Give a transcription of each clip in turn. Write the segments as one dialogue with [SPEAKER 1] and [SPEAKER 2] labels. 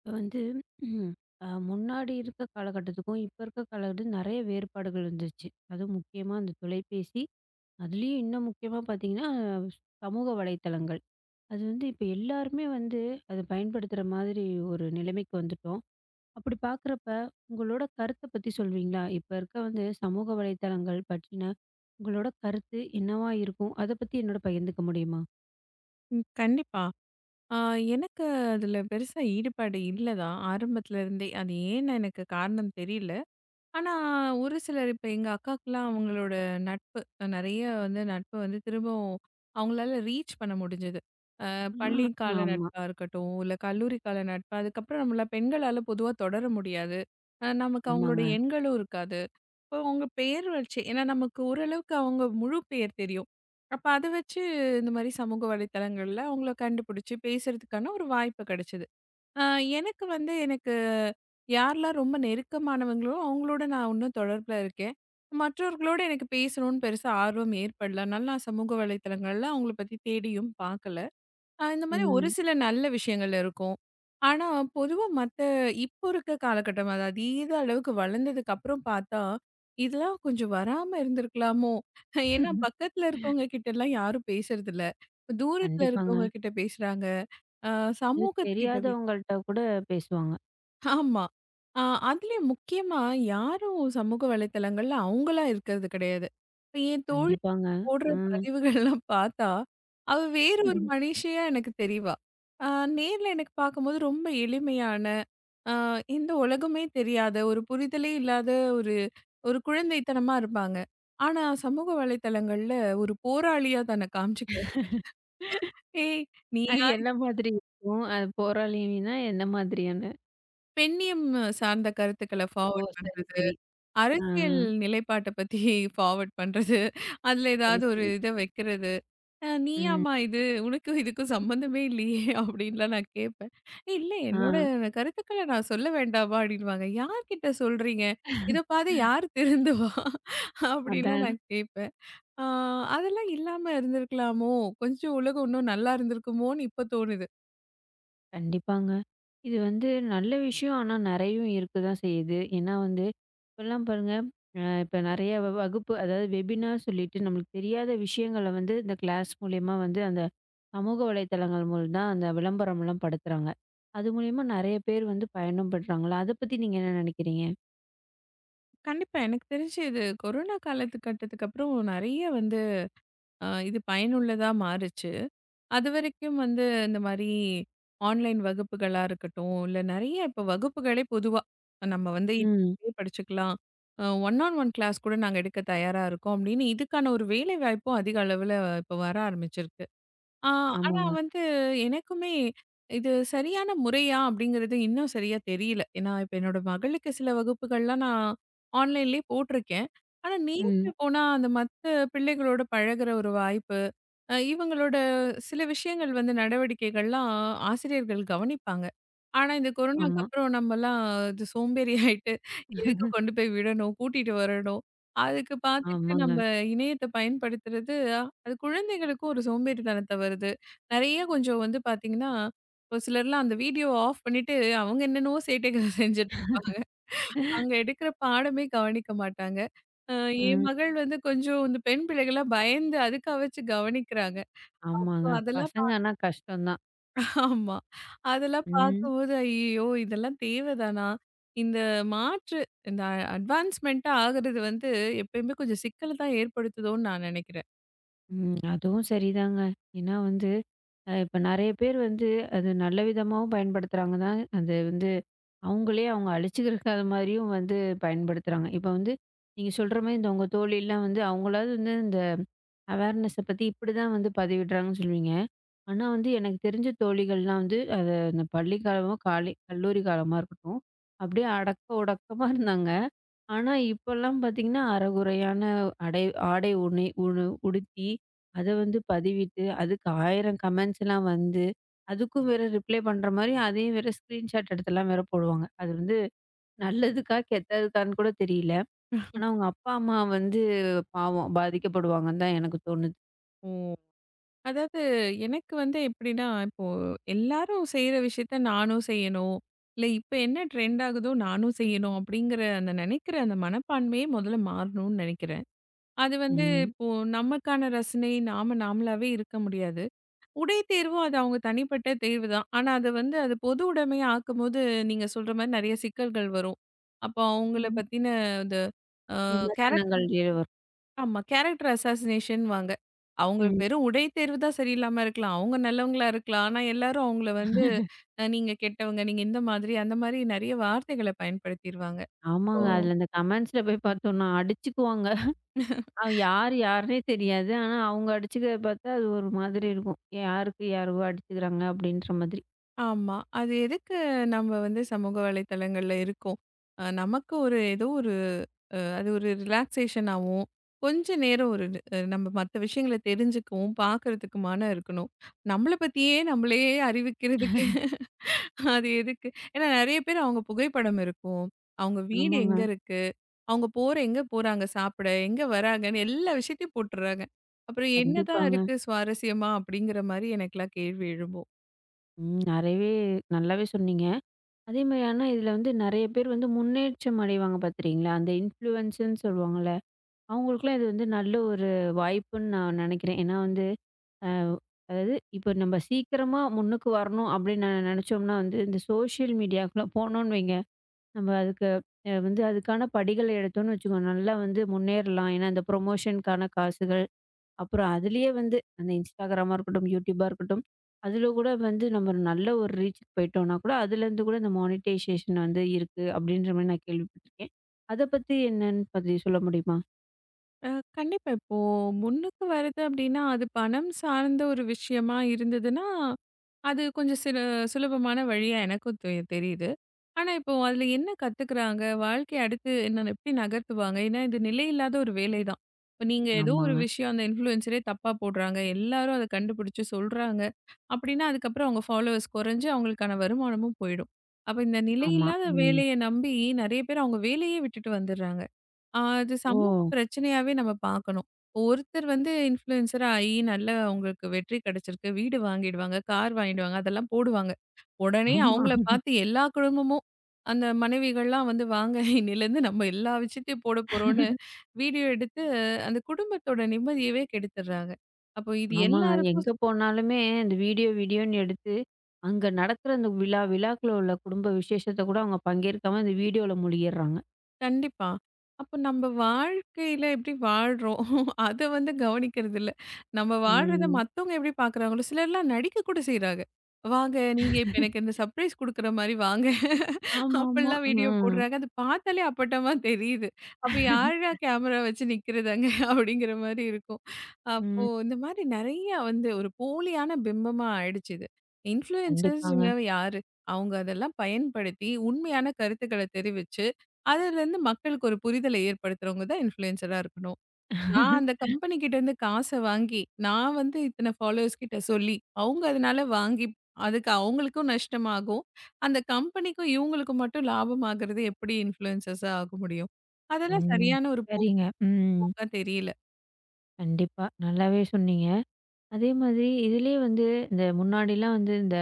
[SPEAKER 1] இப்ப வந்து முன்னாடி இருக்க காலகட்டத்துக்கும், இப்ப இருக்க காலகட்டத்துக்கும் நெறைய வேறுபாடுகள் வந்துருச்சு. அதுவும் முக்கியமா அந்த தொலைபேசி, அதுலயும் இன்னும் முக்கியமா பார்த்தீங்கன்னா, சமூக வலைத்தளங்கள். அது வந்து இப்ப எல்லாருமே வந்து அத பயன்படுத்துற மாதிரி ஒரு நிலைமைக்கு வந்துட்டோம். அப்படி பார்க்குறப்ப, உங்களோட கருத்த பத்தி சொல்வீங்களா? இப்ப இருக்க வந்து சமூக வலைத்தளங்கள் பற்றின உங்களோட கருத்து என்னவா இருக்கும்? அத பத்தி என்னோட பகிர்ந்துக்க முடியுமா?
[SPEAKER 2] கண்டிப்பா. ஆ எனக்கு அதுல பெருசா ஈடுபாடு இல்ல தான். ஆரம்பத்துல இருந்தே. அது ஏன்னு எனக்கு காரணம் தெரியல. ஆனா ஒரு சிலர் இப்ப எங்க அக்காக்குலாம் அவங்களோட நட்பு நெறைய நட்பு திரும்பவும் அவங்களால ரீச் பண்ண முடிஞ்சது.
[SPEAKER 1] ஆ,
[SPEAKER 2] பள்ளி கால
[SPEAKER 1] ஆமா.
[SPEAKER 2] நட்பா இருக்கட்டும், இல்ல கல்லூரி கால நட்பு. அதுக்கப்புறம் நம்மள பெண்களால பொதுவா தொடர முடியாது. நமக்கு அவங்களோட
[SPEAKER 1] ஆமாங்க.
[SPEAKER 2] எண்களும் இருக்காது. இப்போ உங்க பெயர் வச்சு ஏன்னா நமக்கு ஓரளவுக்கு அவங்க முழு பெயர் தெரியும். அப்ப அத வச்சு இந்த மாரி சமூக வலைத்தளங்கள்ல அவங்கள கண்டுபிடிச்சு பேசுறதுக்கான ஒரு வாய்ப்பு கிடைச்சது. அ எனக்கு யாரெல்லாம் ரொம்ப நெருக்கமானவங்களோ, அவங்களோட நான் இன்னும் தொடர்புல இருக்கேன். மற்றவர்களோட எனக்கு பேசணும்னு பெருசா ஆர்வம் ஏற்படல. அதனால நான் சமூக வலைத்தளங்கள்ல அவங்கள பத்தி தேடியும் பார்க்கல. இந்த மாரி ஒரு
[SPEAKER 1] ம்.
[SPEAKER 2] சில நல்ல விஷயங்கள் இருக்கும். ஆனா, பொதுவா மத்த இப்போ இருக்க காலகட்டம், அது அதீத அளவுக்கு வளர்ந்ததுக்கு அப்புறம் பார்த்தா, இதெல்லாம் கொஞ்சம் வராம இருந்திருக்கலாமோ! ஏன்னா, பக்கத்துல இருக்கவங்க கிட்டலாம் யாரும் பேசுறதில்ல. தூரத்துல
[SPEAKER 1] கண்டிப்பாங்க.
[SPEAKER 2] இருக்கவங்க கிட்ட பேசுறாங்க. அ
[SPEAKER 1] அது
[SPEAKER 2] சமூகத்துக்கிட்ட பே
[SPEAKER 1] தெரியாதவங்கள்ட்ட கூட பேசுவாங்க.
[SPEAKER 2] ஆமா. அ அதுலயும் முக்கியமா யாரும் சமூக வலைத்தளங்கள்ல அவங்களா இருக்கிறது கிடையாது. இப்ப என் தோழி
[SPEAKER 1] கண்டிப்பாங்க.
[SPEAKER 2] போடுற
[SPEAKER 1] ம்.
[SPEAKER 2] பதிவுகள்லாம் பார்த்தா, அவ வேற ஒரு மனுஷியா எனக்கு தெரிவா. ஆ நேர்ல எனக்கு பார்க்கும்போது ரொம்ப எளிமையான, ஆ இந்த உலகமே தெரியாத, ஒரு புரிதலே இல்லாத ஒரு ஒரு குழந்தைத்தனமா இருப்பாங்க. ஆனா சமூக வலைதளங்கள்ல ஒரு போராளியா தன்னை காமிச்சுக்குவா. "ஏய்
[SPEAKER 1] அது
[SPEAKER 2] நீயா?"
[SPEAKER 1] என்ன மாதிரி இருக்கும்? அது போராளினா என்ன மாதிரியான?
[SPEAKER 2] பெண்ணியம் சார்ந்த கருத்துக்கள
[SPEAKER 1] ஓ!
[SPEAKER 2] ஃபார்வர்ட்
[SPEAKER 1] சரி,
[SPEAKER 2] பண்றது,
[SPEAKER 1] சரி. ஆ.
[SPEAKER 2] அரசியல் நிலைப்பாட்ட பத்தி ஃபார்வர்ட் பண்றது, அதுல
[SPEAKER 1] சரி,
[SPEAKER 2] ஏதாவது ஒரு
[SPEAKER 1] சரி.
[SPEAKER 2] இத வைக்கிறது.
[SPEAKER 1] ம்.
[SPEAKER 2] நீயாம்மா இது? உனக்கும் இதுக்கும் சம்மந்தமே இல்லையே! அப்டின்லாம் நான் கேட்பேன். "ஏய், இல்ல என்னோட
[SPEAKER 1] ஆ.
[SPEAKER 2] கருத்துக்கள நான் சொல்ல வேண்டாமா? அப்டின்னுவாங்க. யார்கிட்ட சொல்றீங்க? இத பாரு யார் திருந்துவா? அப்டின்லாம்
[SPEAKER 1] அதான்.
[SPEAKER 2] நான் கேட்பேன். ஆ அதெல்லாம் இல்லாம இருந்திருக்கலாமோ? கொஞ்சம் உலகம் இன்னும் நல்லா இருந்திருக்குமோன்னு இப்ப தோணுது.
[SPEAKER 1] கண்டிப்பாங்க. இது வந்து நல்ல விஷயம். ஆனா நெறையவும் இருக்க தான் செய்யுது. ஏன்னா வந்து இப்பலாம் பாருங்க, இப்ப நெறைய வகுப்பு அதாவது வெபினார் சொல்லிட்டு நம்மளுக்கு தெரியாத விஷயங்கள வந்து இந்த கிளாஸ் மூலியமா வந்து அந்த சமூக வலைதளங்கள் மூலம் தான் அந்த விளம்பரம்லாம் படுத்துறாங்க. அது மூலியமா நெறைய பேர் வந்து பயனும் பெற்றாங்களா? அத பத்தி நீங்க என்ன நெனைக்கிறீங்க?
[SPEAKER 2] கண்டிப்பா எனக்கு தெரிஞ்சு இது கொரோனா காலத்து கட்டத்துக்கு அப்புறம் நெறைய வந்து இது பயனுள்ளதா மாறுச்சு. அதுவரைக்கும் வந்து இந்த மாரி ஆன்லைன் வகுப்புகளா இருக்கட்டும், இல்ல நெறைய இப்போ வகுப்புகளே பொதுவா நம்ம வந்து
[SPEAKER 1] ம்.
[SPEAKER 2] இதுலயே படிச்சுக்கலாம். ஒன் ஆன் ஒன் கிளாஸ் கூட நாங்க எடுக்க தயாரா இருக்கோம். அப்படின்னு இதுக்கான ஒரு வேலை வாய்ப்பும் அதிக அளவுல இப்போ வர ஆரம்பிச்சிருக்கு. ஆ, ஆனா
[SPEAKER 1] ஆமாங்க.
[SPEAKER 2] வந்து எனக்குமே இது சரியான முறையா அப்படிங்கிறது இன்னும் சரியா தெரியல. ஏன்னா, இப்ப என்னோட மகளுக்கு சில வகுப்புகள்லாம் நான் ஆன்லைன்லயே போட்டிருக்கேன். ஆனா நேர்ல
[SPEAKER 1] ம்.
[SPEAKER 2] போனா அந்த மத்த பிள்ளைகளோட பழகுற ஒரு வாய்ப்பு, இவங்களோட சில விஷயங்கள் வந்து நடவடிக்கைகள்லாம் ஆசிரியர்கள் கவனிப்பாங்க. ஆனா இந்த கொரோனாக்கு
[SPEAKER 1] ஆமா.
[SPEAKER 2] அப்புறம் நம்மலாம் இது சோம்பேறி ஆயிட்டு எதுக்கு கொண்டு போய் விடணும், கூட்டிட்டு வரணும். அதுக்கு பார்த்துட்டு நம்ம
[SPEAKER 1] ஆமாங்க.
[SPEAKER 2] இணையத்த பயன்படுத்துறது, அது குழந்தைகளுக்கும் ஒரு சோம்பேறித்தனத்த வருது. நெறைய கொஞ்சம் வந்து பார்த்தீங்கன்னா, ஒரு சிலர்லாம் அந்த வீடியோ ஆஃப் பண்ணிட்டு, அவங்க என்னென்னவோ சேட்டைகள் செஞ்சுட்டு இருப்பாங்க. அங்க எடுக்கிற பாடமே கவனிக்க மாட்டாங்க. அ என்
[SPEAKER 1] ம்.
[SPEAKER 2] மகள் வந்து கொஞ்சம் இந்த பெண் பிள்ளைகள்லாம் பயந்து அதுக்கு வச்சு கவனிக்கிறாங்க. ஸோ
[SPEAKER 1] ஆமாங்க.
[SPEAKER 2] அதெல்லாம்
[SPEAKER 1] பசங்க ஆனா கஷ்டம் தான்.
[SPEAKER 2] ஆமா. அதெல்லாம்
[SPEAKER 1] ம்.
[SPEAKER 2] பார்க்கும்போது, ஐயய்யோ! இதெல்லாம் தேவைதானா? இந்த மாற்று இந்த அட்வான்ஸ்மென்ட்டா ஆகுறது வந்து எப்பயுமே கொஞ்சம் சிக்கல் தான் ஏற்படுத்துதோன்னு நான் நெனைக்கிறேன்.
[SPEAKER 1] ம். அதுவும் சரிதாங்க. ஏன்னா வந்து, இப்ப நெறைய பேர் வந்து அது நல்ல விதமாவும் பயன்படுத்துறாங்க தான். அது வந்து அவங்களே அவங்க அழிச்சுக்கிறக்காத மாரியும் வந்து பயன்படுத்துறாங்க. இப்ப வந்து நீங்க சொல்ற மாரி இந்த உங்க தோழிலாம் வந்து அவங்களாவது வந்து இந்த அவேர்னஸ பத்தி இப்படிதான் வந்து பதிவிடுறாங்கன்னு சொல்லுவீங்க. ஆனா வந்து எனக்கு தெரிஞ்ச தோழிகள்லாம் வந்து அத இந்த பள்ளி காலமோ, காலை கல்லூரி காலமா இருக்கட்டும், அப்படியே அடக்க ஒடுக்கமா இருந்தாங்க. ஆனா, இப்பல்லாம் பார்த்தீங்கன்னா, அரைகுறையான அடை ஆடை உணி உணு உடுத்தி, அத வந்து பதிவிட்டு, அதுக்கு 1000 கமெண்ட்ஸ்லாம் வந்து, அதுக்கும் வேற ரிப்ளை பண்ற மாரி, அதையும் வேற ஸ்க்ரீன்ஷாட் எடுத்துலாம் வேற போடுவாங்க. அது வந்து நல்லதுக்கா, கெட்டதுக்கான்னு கூட தெரியல. ஆனா, அவங்க அப்பா, அம்மா வந்து பாவம் பாதிக்கப்படுவாங்கன்னு தான் எனக்கு தோணுது.
[SPEAKER 2] ஓ! அதாவது எனக்கு வந்து எப்படின்னா, இப்போ எல்லாரும் செய்ற விஷயத்த நானும் செய்யணும். இல்ல இப்ப என்ன ட்ரெண்ட் ஆகுதோ நானும் செய்யணும் அப்படிங்கிற அந்த நெனைக்கிற அந்த மனப்பான்மையே முதல்ல மாறணும்னு நெனைக்கிறேன். அது வந்து
[SPEAKER 1] ம்.
[SPEAKER 2] இப்போ நமக்கான ரசனை நாம நாமளாவே இருக்க முடியாது. உடை தேர்வும் அது அவங்க தனிப்பட்ட தேர்வு தான். ஆனா அது வந்து அது பொது உடைமையா ஆக்கும்போது, நீங்க சொல்ற மாரி நெறைய சிக்கல்கள் வரும். அப்போ அவங்கள
[SPEAKER 1] ம்.
[SPEAKER 2] பத்தின இந்த அ
[SPEAKER 1] விமர்சனங்கள்
[SPEAKER 2] கேரக்டர்
[SPEAKER 1] வேற வரும்.
[SPEAKER 2] ஆமா கேரக்டர் அசாசினேஷன் வாங்க. அவங்க
[SPEAKER 1] ம்.
[SPEAKER 2] வெறும் உடை தேர்வு தான் சரியில்லாம இருக்கலாம். அவங்க நல்லவங்களா இருக்கலாம். ஆனா எல்லாரும் அவங்கள வந்து நீங்க கெட்டவங்க, நீங்க இந்த மாதிரி, அந்த மாதிரி நெறைய வார்த்தைகள பயன்படுத்திருவாங்க. ஓ!
[SPEAKER 1] ஆமாங்க. அதில இந்த கமெண்ட்ஸ்ல போய் பார்த்தோம்னா, அடிச்சுக்குவாங்க. அவ யாரு யாருன்னே தெரியாது. ஆனா அவங்க அடிச்சுக்கிறத பார்த்தா அது ஒரு மாதிரி இருக்கும். யாருக்கு யாரோ அடிச்சுக்கிறாங்க அப்டின்ற மாதிரி.
[SPEAKER 2] ஆமா. அது எதுக்கு நம்ம வந்து சமூக வலைதளங்கள்ல இருக்கோம்? நமக்கு ஒரு ஏதோ ஒரு அது ஒரு ரிலாக்சேஷனாவும், கொஞ்ச நேரம் ஒரு நம்ம மத்த விஷயங்கள தெரிஞ்சுக்கவும், பார்க்கறதுக்குமான இருக்கணும். நம்மள பத்தியே நம்மளே அறிவிக்கிறதுக்கு அது எதுக்கு? ஏன்னா நெறைய பேர் அவங்க புகைப்படம் இருக்கும். அவங்க வீடு
[SPEAKER 1] ஆமாங்க.
[SPEAKER 2] எங்க இருக்கு? அவங்க போற எங்க போறாங்க சாப்பிட? எங்க வராங்கன்னு எல்லா விஷயத்தையும் போட்டுர்றாங்க. அப்புறம் என்னதான்
[SPEAKER 1] கண்டிப்பாங்க.
[SPEAKER 2] இருக்கு சுவாரஸ்யமா? அப்படிங்கிற மாரி எனக்கெல்லாம் கேள்வி எழும்பும்.
[SPEAKER 1] ம். நெறையவே நல்லாவே சொன்னீங்க. அதே மாரி ஆனா இதுல வந்து நெறைய பேர் வந்து முன்னேற்றம் அடைவாங்க பார்த்துறீங்களா? அந்த இன்ஃப்ளூயன்ஸ்ன்னு சொல்லுவாங்கல்ல. அவங்களுக்கெல்லாம் இது வந்து நல்ல ஒரு வாய்ப்புன்னு நான் நெனைக்கிறேன். ஏன்னா வந்து அ அதாவது இப்போ நம்ம சீக்கிரமா முன்னுக்கு வரணும் அப்டின்னு நெனச்சோம்னா வந்து இந்த சோஷியல் மீடியாக்குள்ள போனோம்னு வைங்க நம்ம அதுக்கு வந்து அதுக்கான படிகள் எடுத்தோம்னு வச்சுக்கோங்க, நல்லா வந்து முன்னேறலாம். ஏன்னா, அந்த ப்ரொமோஷனுக்கான காசுகள், அப்புறம் அதிலேயே வந்து அந்த இன்ஸ்டாகிராமா இருக்கட்டும், யூடியூபா இருக்கட்டும், அதில கூட வந்து நம்ம நல்ல ஒரு ரீச்சுக்கு போயிட்டோம்னா கூட, அதுலேருந்து கூட இந்த மானிட்டைசேஷன் வந்து இருக்கு அப்படின்ற மாரி நான் கேள்விப்பட்டுருக்கேன். அத பத்தி என்னன்னு பத்தி சொல்ல முடியுமா?
[SPEAKER 2] அ கண்டிப்பா. இப்போ முன்னுக்கு வருது அப்படின்னா, அது பணம் சார்ந்த ஒரு விஷயமா இருந்ததுன்னா அது கொஞ்சம் சில சுலபமான வழியா எனக்கும் தெரியுது. ஆனா இப்போ அதுல என்ன கத்துக்குறாங்க? வாழ்க்கைய அடுத்து என்ன எப்படி நகர்த்துவாங்க? ஏன்னா இது நிலையில்லாத ஒரு வேலை தான். இப்ப நீங்க ஏதோ ஒரு
[SPEAKER 1] ஆமாங்க.
[SPEAKER 2] விஷயம் அந்த இன்ஃப்ளூயன்சரே தப்பா போடுறாங்க. எல்லாரும் அத கண்டுபிடிச்சு சொல்றாங்க. அப்படின்னா அதுக்கப்புறம் அவங்க ஃபாலோவர்ஸ் குறைஞ்சு அவங்களுக்கான வருமானமும் போயிடும். அப்ப இந்த
[SPEAKER 1] ஆமா.
[SPEAKER 2] நிலையில்லாத
[SPEAKER 1] ம்.
[SPEAKER 2] வேலைய நம்பி நெறைய பேர் அவங்க வேலையே விட்டுட்டு வந்துடுறாங்க. ஆ, அது சமூக
[SPEAKER 1] ஓ!
[SPEAKER 2] பிரச்சனையாவே நம்ம பார்க்கணும். ஒருத்தர் வந்து இன்ஃப்ளூயன்சரா ஆயி நல்ல அவங்களுக்கு வெற்றி கிடைச்சிருக்கு. வீடு வாங்கிடுவாங்க, கார் வாங்கிடுவாங்க, அதெல்லாம் போடுவாங்க. உடனே
[SPEAKER 1] ஆமா.
[SPEAKER 2] அவங்கள பார்த்து எல்லா குடும்பமும் அந்த மனைவிகள்லாம் வந்து வாங்க இன்னையிலேருந்து நம்ம எல்லா விஷயத்தையும் போடப் போறோம்னு வீடியோ எடுத்து அந்த குடும்பத்தோட நிம்மதியவே கெடுத்துடுறாங்க. அப்போ இது
[SPEAKER 1] ஆமாங்க.
[SPEAKER 2] எல்லாருக்கும்
[SPEAKER 1] எங்க போனாலுமே இந்த வீடியோ வீடியோன்னு எடுத்து அங்க நடக்கிற அந்த விழா, விழாக்குள்ள உள்ள குடும்ப விசேஷத்த கூட அவங்க பங்கேற்காம இந்த வீடியோல மூழ்கிடுறாங்க.
[SPEAKER 2] கண்டிப்பா. அப்ப நம்ம வாழ்க்கையில எப்படி வாழ்றோம்? அத வந்து கவனிக்கிறது இல்ல. நம்ம வாழ்றத
[SPEAKER 1] ம்.
[SPEAKER 2] மத்தவங்க எப்படி பார்க்குறாங்களோ சிலர்லாம் நடிக்க கூட செய்றாங்க. "வாங்க, நீங்க இப்ப எனக்கு இந்த சர்ப்ரைஸ் குடுக்குற மாரி வாங்க."
[SPEAKER 1] ஆமாமா.
[SPEAKER 2] அப்படிலாம் வீடியோ
[SPEAKER 1] ம்.
[SPEAKER 2] போடுறாங்க. அது பார்த்தாலே அப்பட்டமா தெரியுது. அப்ப யார்டா கேமரா வச்சு நிக்கிறதாங்க அப்படிங்கிற மாரி இருக்கும். அப்போ
[SPEAKER 1] ம்.
[SPEAKER 2] இந்த மாரி நெறைய வந்து ஒரு போலியான பிம்பமா ஆயிடுச்சு இது.
[SPEAKER 1] கண்டிப்பாங்க.
[SPEAKER 2] இன்ஃப்ளூயன்சர்ஸ்ங்க யாரு? அவங்க அதெல்லாம் பயன்படுத்தி உண்மையான கருத்துக்கள தெரிவிச்சு, அதுலருந்து மக்களுக்கு ஒரு புரிதலை ஏற்படுத்துறவங்க தான் இன்ஃப்ளூயன்சரா இருக்கணும். நான் அந்த கம்பெனி கிட்ட இருந்து காச வாங்கி, நான் வந்து இத்தன ஃபாலோவர்ஸ் கிட்ட சொல்லி, அவங்க அதனால வாங்கி அதுக்கு அவங்களுக்கும் நஷ்டமாகும். அந்த கம்பெனிக்கும் இவங்களுக்கும் மட்டும் லாபம் ஆகுறது எப்படி இன்ஃப்ளூயன்சஸா ஆக முடியும்? அதெல்லாம்
[SPEAKER 1] ம்.
[SPEAKER 2] சரியான ஒரு
[SPEAKER 1] சரிங்க. ம்.
[SPEAKER 2] போக்கா தெரியல.
[SPEAKER 1] கண்டிப்பா. நல்லாவே சொன்னீங்க. அதே மாதிரி இதுலயே வந்து இந்த முன்னாடிலாம் வந்து இந்த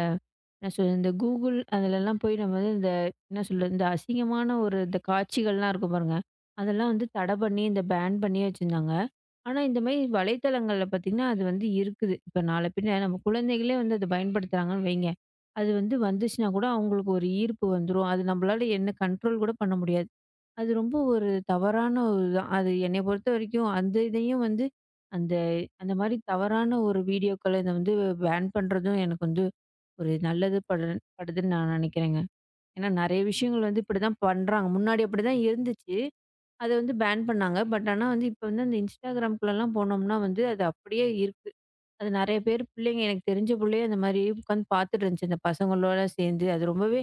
[SPEAKER 1] என்ன சொல்றது, இந்த கூகுள் அதுலலாம் போய் நம்ம வந்து இந்த என்ன சொல்றது, இந்த அசிங்கமான ஒரு இந்த காட்சிகள்லாம் இருக்கும் பாருங்க. அதெல்லாம் வந்து தடை பண்ணி, இந்த பேன் பண்ணியே வச்சிருந்தாங்க. ஆனா, இந்த மாரி வலைத்தளங்கள்ல பார்த்தீங்கன்னா, அது வந்து இருக்குது. இப்ப நாள பின்ன நம்ம குழந்தைகளே வந்து அத பயன்படுத்துறாங்கன்னு வைங்க. அது வந்து வந்துச்சுனா கூட அவங்களுக்கு ஒரு ஈர்ப்பு வந்துரும். அது நம்மளால என்ன கண்ட்ரோல் கூட பண்ண முடியாது. அது ரொம்ப ஒரு தவறான ஒரு இதுதான். அது என்னைய பொறுத்தவரைக்கும் அந்த இதையும் வந்து அந்த அந்த மாரி தவறான ஒரு வீடியோக்கள இத வந்து பேன் பண்றதும் எனக்கு வந்து ஒரு நல்லது படுதுன்னு நான் நெனைக்கிறேங்க. ஏன்னா நெறைய விஷயங்கள் வந்து இப்படிதான் பண்றாங்க. முன்னாடி அப்படிதான் இருந்துச்சு. அத வந்து பேன் பண்ணாங்க. பட் ஆனா வந்து இப்ப வந்து அந்த Instagramக்குள்ளலாம் போனோம்னா வந்து, அது அப்படியே இருக்கு. அது நெறைய பேர் பிள்ளைங்க எனக்கு தெரிஞ்ச புள்ளையே அந்த மாரி உட்காந்து பார்த்துட்டு இருந்துச்சு, அந்த பசங்களோட சேர்ந்து. அது ரொம்பவே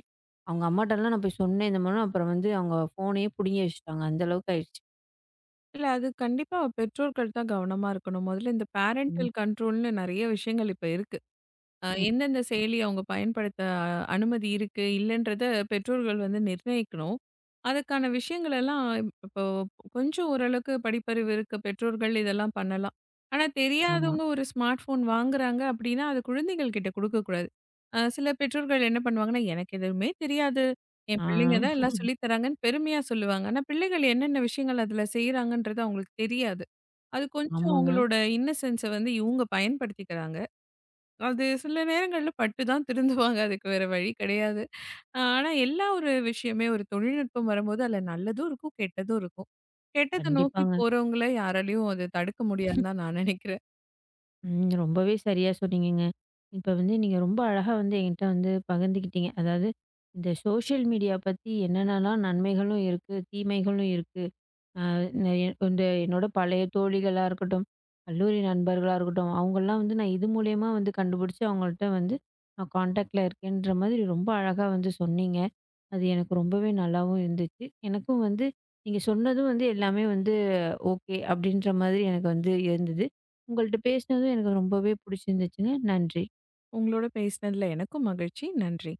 [SPEAKER 1] அவங்க அம்மாட்டலாம் நான் போய் சொன்னேன் இந்த மாரி. அப்புறம் வந்து அவங்க ஃபோனையே புடுங்கி வச்சுட்டாங்க. அந்த அளவுக்கு ஆயிடுச்சு.
[SPEAKER 2] இல்ல அது கண்டிப்பா பெற்றோர்கள் தான் கவனமா இருக்கணும். முதல்ல இந்த பேரன்டல்
[SPEAKER 1] ம்.
[SPEAKER 2] கண்ட்ரோல்ன்னு நெறைய விஷயங்கள் இப்ப இருக்கு.
[SPEAKER 1] ம்.
[SPEAKER 2] எந்தெந்த செயலி அவங்க பயன்படுத்த அனுமதி இருக்கு, இல்லன்றத பெற்றோர்கள் வந்து நிர்ணயிக்கணும். அதுக்கான விஷயங்கள் எல்லாம் இப்போ கொஞ்சம் ஓரளவுக்கு படிப்பறிவு இருக்க பெற்றோர்கள் இதெல்லாம் பண்ணலாம். ஆனா
[SPEAKER 1] ஆமா.
[SPEAKER 2] தெரியாதவங்க ஒரு ஸ்மார்ட் ஃபோன் வாங்குறாங்க அப்படின்னா, அது குழந்தைகள் கிட்ட குடுக்கக்கூடாது. சில பெற்றோர்கள் என்ன பண்ணுவாங்கன்னா, எனக்கு எதுவுமே தெரியாது. என்
[SPEAKER 1] ஆ.
[SPEAKER 2] பிள்ளைங்க தான் எல்லாம் சொல்லி தராங்கன்னு பெருமையா சொல்லுவாங்க. ஆனா பிள்ளைகள் என்னென்ன விஷயங்கள் அதுல செய்றாங்கன்றது அவங்களுக்கு தெரியாது. அது கொஞ்சம்
[SPEAKER 1] ஆமாங்க.
[SPEAKER 2] அவங்களோட இன்னசென்ஸ வந்து இவங்க பயன்படுத்திக்கிறாங்க. அது சில நேரங்கள்ல பட்டு தான் திருந்துவாங்க. அதுக்கு வேற வழி கிடையாது. ஆனா எல்லா ஒரு விஷயமே ஒரு தொழில்நுட்பம் வரும்போது அதுல நல்லதும் இருக்கும், கெட்டதும் இருக்கும். கெட்டத நோக்கி
[SPEAKER 1] கண்டிப்பாங்க.
[SPEAKER 2] போறவங்கள யாராலயும் அத தடுக்க முடியாதுன்னு தான் நான் நினைக்கிறேன்.
[SPEAKER 1] ம். ரொம்பவே சரியா சொன்னீங்கங்க. இப்ப வந்து நீங்க ரொம்ப அழகா வந்து என்கிட்ட வந்து பகிர்ந்துக்கிட்டீங்க. அதாவது இந்த சோஷியல் மீடியா பத்தி என்னென்னலாம் நன்மைகளும் இருக்கு, தீமைகளும் இருக்கு. அ நான் இந்த என்னோட பழைய தோழிகளா இருக்கட்டும், கல்லூரி நண்பர்களா இருக்கட்டும், அவங்கலாம் வந்து நான் இது மூலியமா வந்து கண்டுபிடிச்சு அவங்கள்ட்ட வந்து நான் கான்டாக்ட்ல இருக்கேன்ற மாதிரி ரொம்ப அழகா வந்து சொன்னீங்க. அது எனக்கு ரொம்பவே நல்லாவும் இருந்துச்சு. எனக்கும் வந்து நீங்க சொன்னதும் வந்து எல்லாமே வந்து ஓகே அப்படின்ற மாதிரி எனக்கு வந்து இருந்தது. உங்கள்ட்ட பேசினதும் எனக்கு ரொம்பவே பிடிச்சிருந்துச்சுங்க. நன்றி.
[SPEAKER 2] உங்களோட பேசினதுல எனக்கும் மகிழ்ச்சி. நன்றி.